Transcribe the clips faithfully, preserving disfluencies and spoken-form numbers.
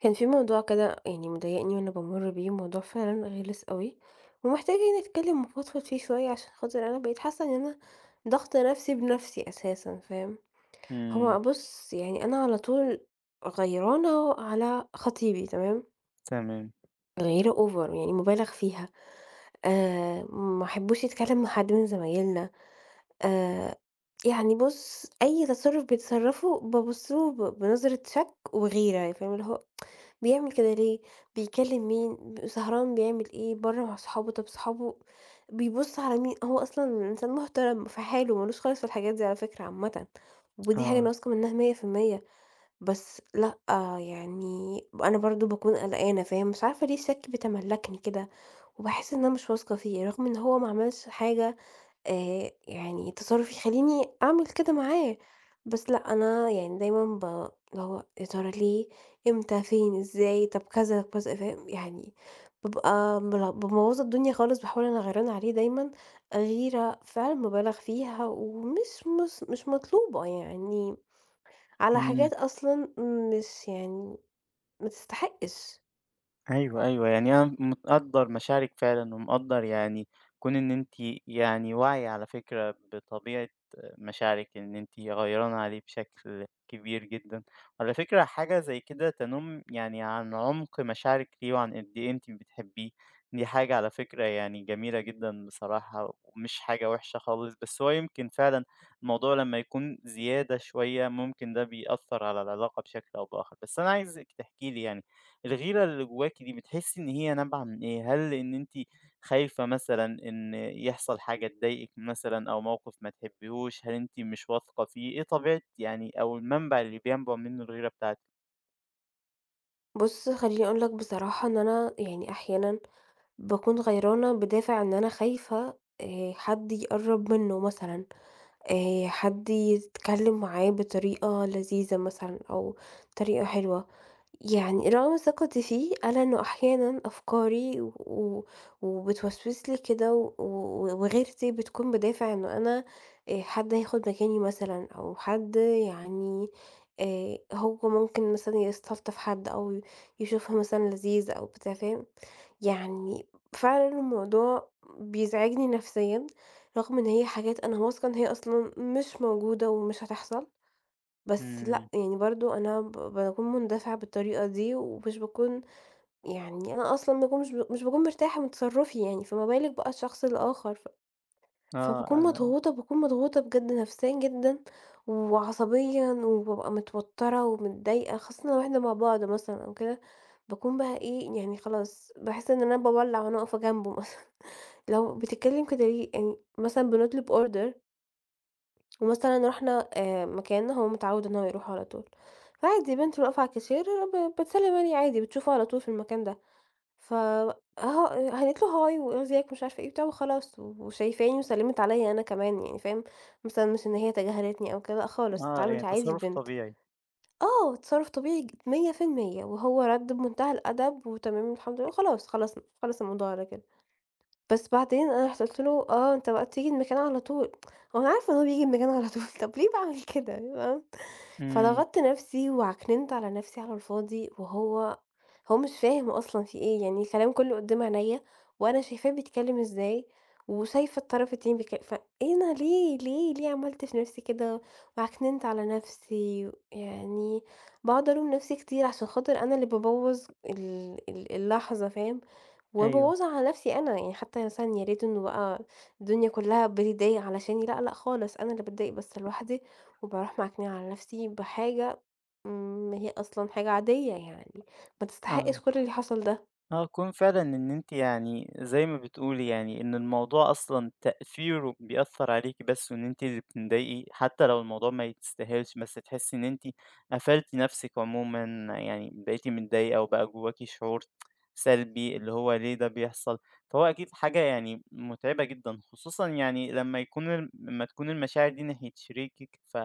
كان في موضوع كده يعني مضايقني وأنا بامُر بيه، موضوع فعلًا غِلِس أوي، ومحتاجة إني أتكلم وأفضفض فيه شوية عشان خاطر أنا بقيت حاسة إن أنا ضاغطة نفسي بنفسي أساسًا، فاهم؟ إمم، هو بُص يعني أنا على طول غيرانة على خطيبي تمام؟ تمام، غيّرة over يعني مُبالغ فيها، آآ ما احبوش يتكلم مع حد من زمايلنا، آآ يعني بُص أي تصرُّف بيتصرّفه بابُص له ب بنظرة شَك وغيرة، فاهم اللي هو بيعمل كده ليه، بيكلّم مين، ب سهران بيعمل إيه، برّه مع صحابه، طَب صحابه بيبُص على مين، هو أصلًا إنسان محترم في حاله، ما لوش خالص في الحاجات دي على فكرة عامةً، ودي حاجة أنا آه، واثقة منها مية في المية. بس لأ، يعني أنا برضه باكون قلقانة فاهم، مش عارفة ليه الشَك بيتملّكني كده، وباحس إن أنا مش واثقة فيه، رغم إن هو ما عملش حاجة آآ يعني تصرُّف يخلّيني أعمل كده معاه، بس لأ أنا يعني دايمًا ب اللي هو يا ترى ليه، إمتى، فين، إزاي، طب كذا، طب كذا فاهم؟ يعني بابقى مل بامبوّظة الدنيا خالص، باحاول أنا غيرانة عليه دايمًا غيرة فعلًا مُبالغ فيها ومش مس مش مطلوبة يعني على إمم، حاجات أصلًا مش يعني ما تستحقش. أيوه، أيوه، يعني أنا متقدّر مشاعرِك فعلًا، ومقدّر يعني كون إن أنتِ يعني واعية على فكرة بطبيعة مشاعرِك، إن أنتِ غيرانة عليه بشكل كبير جدًا. وعلى فكرة حاجة زي كده تنُم يعني عن عمق مشاعرِك ليه، وعن قد إيه أنتِ بتحبيه، دي حاجة على فكرة يعني جميلة جدًا بصراحة، ومش حاجة وحشة خالص. بس هو يمكن فعلًا الموضوع لمّا يكون زيادة شوية، ممكن ده بيأثّر على العلاقة بشكل أو بآخر. بس أنا عايزِك تحكي لي يعني الغيرة اللي جواكِ دي بتحسي إن هي نابعة من إيه؟ هل إن أنتِ خايفة مثلًا إن يحصل حاجة تضايقِك مثلًا أو موقف ما تحبيهوش؟ هل أنتِ مش واثقة فيه؟ إيه طبيعة يعني أو المنبع اللي بينبع منه الغيرة بتاعتِك؟ بُص خلّيني أقول لك بصراحة إن أنا يعني أحيانًا باكون غيرانة بدافع إن أنا خايفة آآ حد يقرّب منّه مثلًا، آآ حد يتكلّم معاه بطريقة لذيذة مثلًا أو طريقة حلوة. يعني رغم ثقتي فيه ألا إنه أحيانًا أفكاري و و وبتوسوس لي كده و و وغيرتي بتكون بدافع إنه أنا آآ حد هياخد مكاني مثلًا أو حد يعني آآ هو ممكن مثلًا يستلطف حد أو يشوفها مثلًا لذيذ أو بتاع فاهم؟ يعني فعلًا الموضوع بيزعجني نفسيًا رغم إن هي حاجات أنا واثقة إن هي أصلًا مش موجودة ومش هتحصل. بس لأ، إمم، يعني برضه أنا ب باكون مندفعة بالطريقة دي، ومش باكون يعني أنا أصلًا ما باكونش مش باكون مرتاحة من تصرُّفي يعني، فما بالِك بقى الشخص الآخر، ف آه، فباكون أنا مضغوطة، باكون مضغوطة بجد نفسيًا جدًا، وعصبيًا، وبابقى متوترة ومتضايقة، خاصةً لو إحنا مع بعض مثلًا أو كده، باكون بقى إيه يعني خلاص باحس إن أنا باولّع وأنا واقفة جنبه مثلًا، لو بتتكلم كده ليه يعني مثلًا بنطلب order ومثلًا رُحنا آآ مكان هو متعوّد إن هو يروحه على طول، فعادي بنت واقفة على الكاشير ب بتسلّم عليه عادي، بتشوفه على طول في المكان ده، ف أهو هنِّت له هاي وإزيك مش عارفة إيه وبتاع وخلاص، وشايفاني وسلِّمت عليَّ أنا كمان يعني فاهم، مثلًا مش إن هي تجاهلتني أو كده لأ خالص، آه، اتعاملت يعني عادي تصرُّف البنت. طبيعي، آه، تصرُّف طبيعي ج مِيّة في المِيّة وهو رَد بمنتهى الأدب وتمام الحمد لله وخلاص خلصنا، خلص الموضوع على كده. بس بعدين أنا رُحت له آه، أنت بقى تيجي المكان على طول، هو أنا عارفة إن هو بييجي المكان على طول، طب ليه باعمل كده فاهم؟ إمم، فضغطت نفسي وعكننت على نفسي على الفاضي، وهو هو مش فاهم أصلًا في إيه، يعني الكلام كله قدّام عينيّا وأنا شايفاه بيتكلم إزاي، وشايفة الطرف التاني بيك فأنا ليه، ليه، ليه عملت في نفسي كده وعكننت على نفسي؟ يعني باقعد ألوم نفسي كتير عشان خاطر أنا اللي بابوّظ ال ال اللحظة فاهم؟ أيوه، ومبوّظة على نَفْسي أنا، يعني حتى مثلًا يا ريت إنه بقى الدنيا كُلّها بتضايق علشاني، لأ، لأ خالص، أنا اللي باتضايق بس لوحدي، وباروح معكنِة على نَفْسي بحاجة إمم، هي أصلًا حاجة عادية يعني، ما آه. تستحقش كل اللي حصل ده. آه، كون فعلًا إن أنتِ يعني زي ما بتقولي يعني إن الموضوع أصلًا تأثيره بيأثّر عليكِ بس وإن أنتِ اللي بتضايقي، حتى لو الموضوع ما يستاهلش، بس تحسّي إن أنتِ قفلتِ نَفْسِك عمومًا، يعني بقيتِ متضايقة وبقى جواكِ شعور سلبي اللي هو ليه ده بيحصل، فهو أكيد حاجة يعني مُتعبة جدًا، خصوصًا يعني لمّا يكون الم لمّا تكون المشاعر دي ناحية شريكِك ف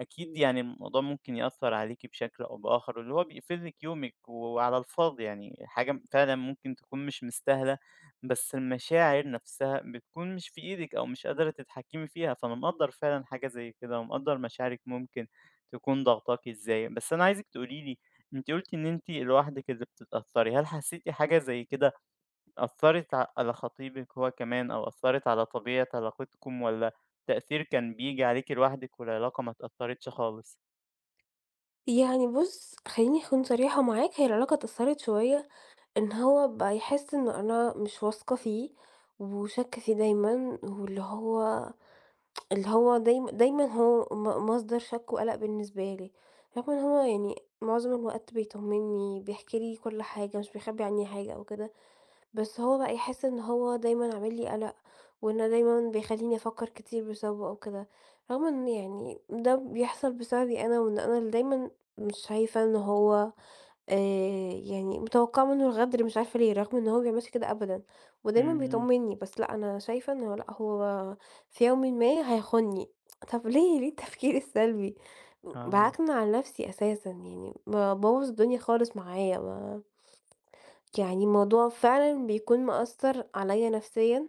أكيد يعني الموضوع ممكن يأثر عليكِ بشكل أو بآخر، واللي هو بيقفل لِك يومِك وعلى الفاضي، يعني حاجة فعلًا ممكن تكون مش مستاهلة، بس المشاعر نفسها بتكون مش في إيدِك أو مش قادرة تتحكمي فيها، فأنا مقدّر فعلًا حاجة زي كده، ومقدّر مشاعرِك ممكن تكون ضاغطاكِ إزاي. بس أنا عايزِك تقولي لي، أنتِ قلتِ إن أنتِ لوحدِك اللي بتتأثري، هل حسيتِ حاجة زي كده أثّرت ع على خطيبِك هو كمان أو أثّرت على طبيعة علاقتكم والّا التأثير كان بييجي عليكِ لوحدِك والعلاقة ما اتأثّرتش خالص؟ يعني بُص، خلّيني أكون صريحة معاك، هي العلاقة اتأثّرت شوية إن هو بقى يحس إن أنا مش واثقة فيه، وشاكة فيه دايمًا واللي هو اللي هو دايمًا دايمًا هو م مصدر شَك وقَلَق بالنسبة لي، رغم إن هو يعني معظم الوقت بيطمّني، بيحكي لي كل حاجة، مش بيخبّي عني حاجة أو كده، بس هو بقى يحس إن هو دايمًا عامل لي قَلَق، وإنه دايمًا بيخلّيني أفكّر كتير بسببه أو كده، رغم إن يعني ده بيحصل بسببي أنا، وإن أنا اللي دايمًا مش شايفة إن هو آآ يعني متوقعة منّه الغدر مش عارفة ليه، رغم إن هو ما بيعملش كده أبدًا، ودايمًا إمم، بيطمّني، بس لأ أنا شايفة إنه لأ هو في يومٍ ما هيخونّي، طَب ليه، ليه التفكير السلبي؟ آه، باعكنن على نفسي أساسًا يعني، بابوّظ الدنيا خالص معايا ما يعني الموضوع فعلًا بيكون مأثّر عليَّ نفسيًا،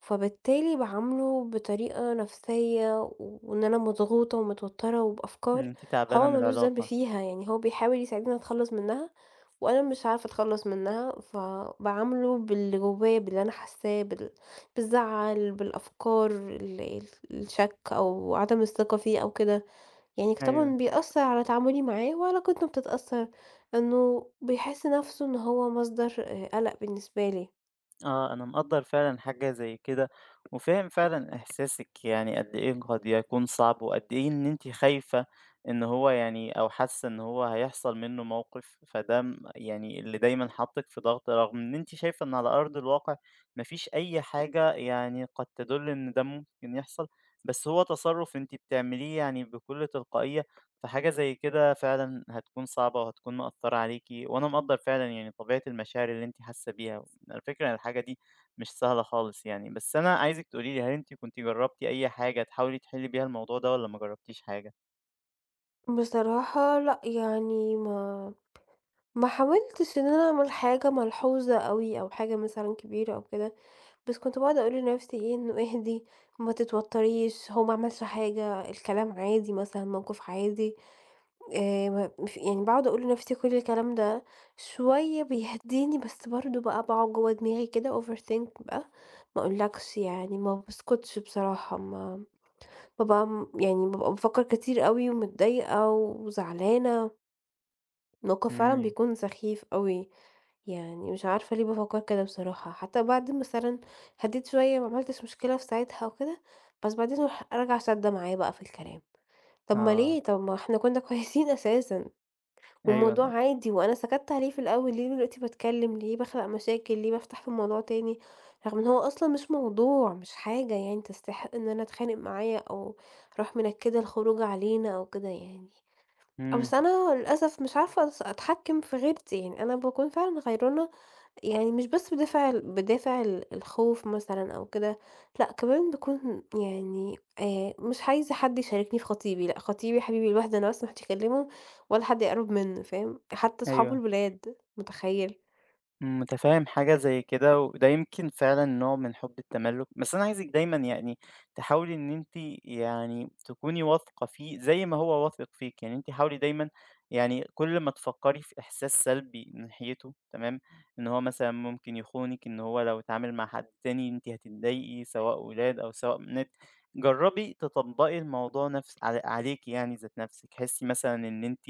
فبالتالي باعامله بطريقة نفسية وإن أنا مضغوطة ومتوتّرة إن وبأفكار أنتِ تعبانة هو ما من لوش ذنب العلاقة، فيها، يعني هو بيحاول يساعدني أتخلّص منها وأنا مش عارفة أتخلّص منها، فباعامله باللي جوّايا، باللي أنا حاسّاه، بال بالزعل، بالأفكار، ال ال الشَك أو عدم الثقة فيه أو كده. يعني ك أيوه. طبعًا بيأثّر على تعاملي معاه وعلاقتنا بتتأثّر، إنه بيحس نَفْسه إن هو مصدر آآ قَلَق بالنسبة لي. آه، أنا مقدّر فعلًا حاجة زي كده، وفاهم فعلًا إحساسِك يعني قد إيه قد يكون صعب، وقد إيه إن أنتِ خايفة إن هو يعني أو حاسة إن هو هيحصل منه موقف، فده م يعني اللي دايمًا حاطِّك في ضغط، رغم إن أنتِ شايفة إن على أرض الواقع ما فيش أي حاجة يعني قد تدُل إن ده ممكن يحصل، بس هو تصرُّف أنتِ بتعمليه يعني بكل تلقائية، فحاجة زي كده فعلًا هتكون صعبة وهتكون مأثّرة عليكِ، وأنا مقدّر فعلًا يعني طبيعة المشاعر اللي أنتِ حاسة بيها. الفكرة إن الحاجة دي مش سهلة خالص يعني، بس أنا عايزِك تقولي لي هل أنتِ كنتِ جربتِ أي حاجة تحاولي تحلي بيها الموضوع ده والّا ما جربتيش حاجة؟ بصراحة لأ، يعني ما ما حاولتش إن أنا أعمل حاجة ملحوظة أوي أو حاجة مثلًا كبيرة أو كده، بس كنت باقعد أقول لنَفْسي إيه، إنه اهدي، ما تتوتّريش، هو ما عملش حاجة، الكلام عادي مثلًا، موقِف عادي. آآ ما ف يعني باقعد أقول لنفْسي كل الكلام ده، شوية بيهدّيني بس برضه بقى باقعد جوّه دماغي كده overthink بقى، ما أقولكش يعني ما باسكُتش بصراحة، ما بابقى م يعني بابقى بافكّر كتير أوي ومتضايقة وزعلانة، الموقِف فعلًا إمم، بيكون سخيف أوي، يعني مش عارفة ليه بافكّر كده بصراحة، حتى بعد مثلًا هدّيت شوية ما عملتش مشكلة في ساعتها وكده، بس بعدين أروح راجعة شادّة معاه بقى في الكلام، طَب ما آه، ليه؟ طَب ما إحنا كُنّا كويسين أساسًا. والموضوع أيوه، عادي وأنا سكَتّ عليه في الأول، ليه دلوقتي باتكلّم، ليه باخلق مشاكل، ليه بافتح في الموضوع تاني، رغم إن هو أصلًا مش موضوع، مش حاجة يعني تستحق إن أنا أتخانق معاه أو أروح منكِّدة الخروج علينا أو كده يعني. أ إمم، بس أنا للأسف مش عارفة أص أتحكّم في غيرتي، يعني أنا باكون فعلًا غيرانة يعني مش بس بدافع ال بدافع ال الخوف مثلًا أو كده، لأ كمان باكون يعني آآ مش عايزة حد يشاركني في خطيبي، لأ خطيبي حبيبي لوحده أنا بس ما حدش يكلمه ولا حد يقرب منه فاهم؟ حتى صحابه أيوه. الولاد، متخيل؟ متفاهم حاجة زي كده وده يمكن فعلا نوع من حب التملك، بس أنا عايزك دايما يعني تحاولي إن أنت يعني تكوني واثقة فيه زي ما هو واثق فيك، يعني أنت حاولي دايما يعني كل ما تفكري في إحساس سلبي ناحيته، تمام، إن هو مثلا ممكن يخونك، إن هو لو اتعامل مع حد تاني أنت هتتضايقي، سواء ولاد أو سواء بنات، جربي تطبقي الموضوع نفس على- عليكي، يعني ذات نفسك، حسي مثلا إن أنت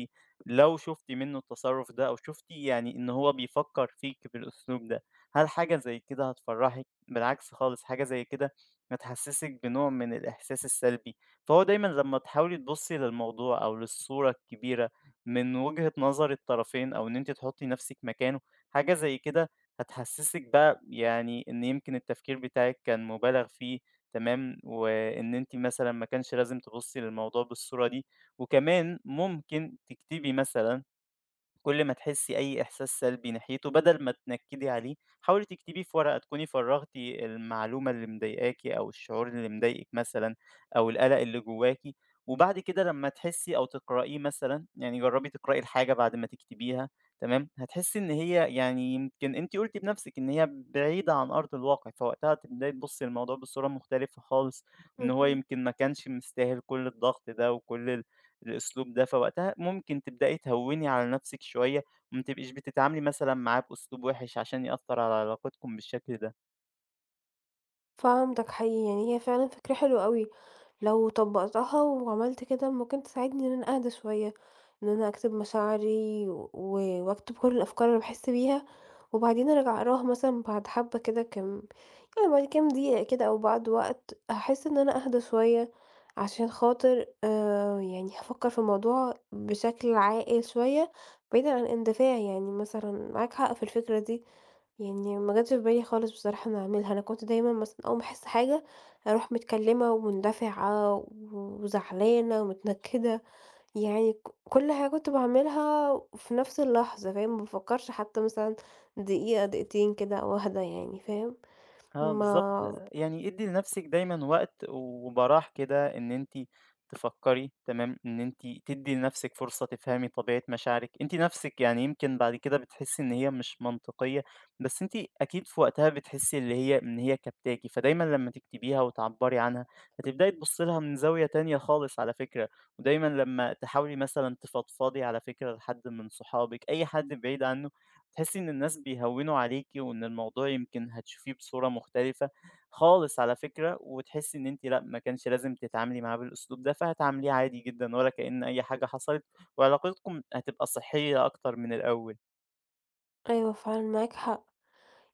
لو شُفتِ منّه التصرُّف ده أو شُفتِ يعني إن هو بيفكّر فيكِ بالأسلوب ده، هل حاجة زي كده هتفرّحِك؟ بالعكس خالص، حاجة زي كده هتحسّسِك بنوع من الإحساس السلبي، فهو دايمًا لمّا تحاولي تبُصّي للموضوع أو للصورة الكبيرة من وجهة نظر الطرفين أو إن أنتِ تحُطّي نَفْسِك مكانه، حاجة زي كده هتحسّسِك بقى يعني إن يمكن التفكير بتاعِك كان مُبالغ فيه، تمام، وإن أنتِ مثلًا ما كانش لازم تبُصّي للموضوع بالصورة دي، وكمان ممكن تكتبي مثلًا كل ما تحسّي أي إحساس سلبي ناحيته بدل ما تنكّدي عليه، حاولي تكتبيه في ورقة تكوني فرّغتِ المعلومة اللي مضايقاكِ أو الشعور اللي مضايقِك مثلًا أو القلق اللي جواكِ، وبعد كده لمّا تحسّي أو تقرأيه مثلًا، يعني جرّبي تقرأي الحاجة بعد ما تكتبيها، تمام، هتحسّي إن هي يعني يمكن أنتِ قُلتِ بنفسِك إن هي بعيدة عن أرض الواقع، فوقتها تبدئي تبُصّي للموضوع بصورة مختلفة خالص، وإن هو اهم. يمكن ما كانش مستاهل كل الضغط ده وكل ال الأسلوب ده، فوقتها ممكن تبدئي تهوّني على نفسِك شوية، وما تبقيش بتتعاملي مثلًا معاه بأسلوب وِحِش عشان يأثّر على علاقتكم بالشكل ده. فهمتك حقيقي، يعني هي فعلًا فكرة حلوة أوي، لو طبّقتها وعملت كده ممكن تساعدني إن أنا أهدى شوية، إن أنا أكتب مشاعري و و- وأكتب كل الأفكار اللي باحس بيها، وبعدين أرجع أقراها مثلًا بعد حبة كده كام يعني بعد كام دقيقة كده أو بعد وقت، هاحس إن أنا أهدى شوية عشان خاطر آآ، يعني هافكر في الموضوع بشكل عاقل شوية بعيدًا عن اندفاع، يعني مثلًا معاك حق في الفكرة دي. يعني ما جاتش في بالي خالص بصراحة أنا أعملها، أنا كنت دايمًا مثلًا أول ما أحس حاجة أروح متكلمة ومندفعة وزعلانة ومتنكدة، يعني ك كل حاجة كنت باعملها في نفس اللحظة فاهم، ما بافكرش حتى مثلًا دقيقة دقيقتين كده أو أهدى يعني فاهم، آه بالضبط، ما يعني ادّي لنفسِك دايمًا وقت وبراح كده إن أنتِ تفكّري، تمام، إن أنتِ تدّي لنفسِك فرصة تفهمي طبيعة مشاعرِك، أنتِ نفسِك يعني يمكن بعد كده بتحسّي إن هي مش منطقية، بس أنتِ أكيد في وقتها بتحسّي اللي هي إن هي كابتاكِ، فدايمًا لمّا تكتبيها وتعبّري عنها هتبدئي تبُصّي لها من زاوية تانية خالص على فكرة، ودايمًا لمّا تحاولي مثلًا تفضفضي على فكرة لحد من صحابِك، أي حد بعيد عنه، تحسي إن الناس بيهوّنوا عليكِ وإن الموضوع يمكن هتشوفيه بصورة مختلفة خالص على فكرة، وتحسي إن أنتِ لأ، ما كانش لازم تتعاملي معاه بالأسلوب ده، فهتعامليه عادي جدًا ولا كأن أي حاجة حصلت، وعلاقتكم هتبقى صحية أكتر من الأول. أيوه فعلًا معاك حق،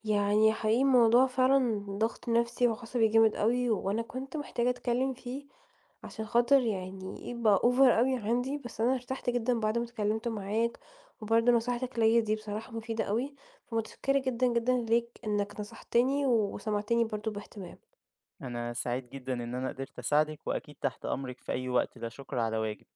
يعني حقيقي الموضوع فعلًا ضغط نفسي وعصبي جامد أوي، وأنا كنت محتاجة أتكلم فيه عشان خاطر يعني يبقى over أوي عندي، بس أنا ارتحت جدًا بعد ما اتكلمت معاك، وبرضه نصيحتك ليّا دي بصراحة مفيدة أوي، فمتشكرة جدًا، جدًا ليك إنك نصحتني وسمعتني برضه باهتمام. أنا سعيد جدًا إن أنا قدرت أساعدِك، وأكيد تحت أمرِك في أي وقت، لا شكر على واجب.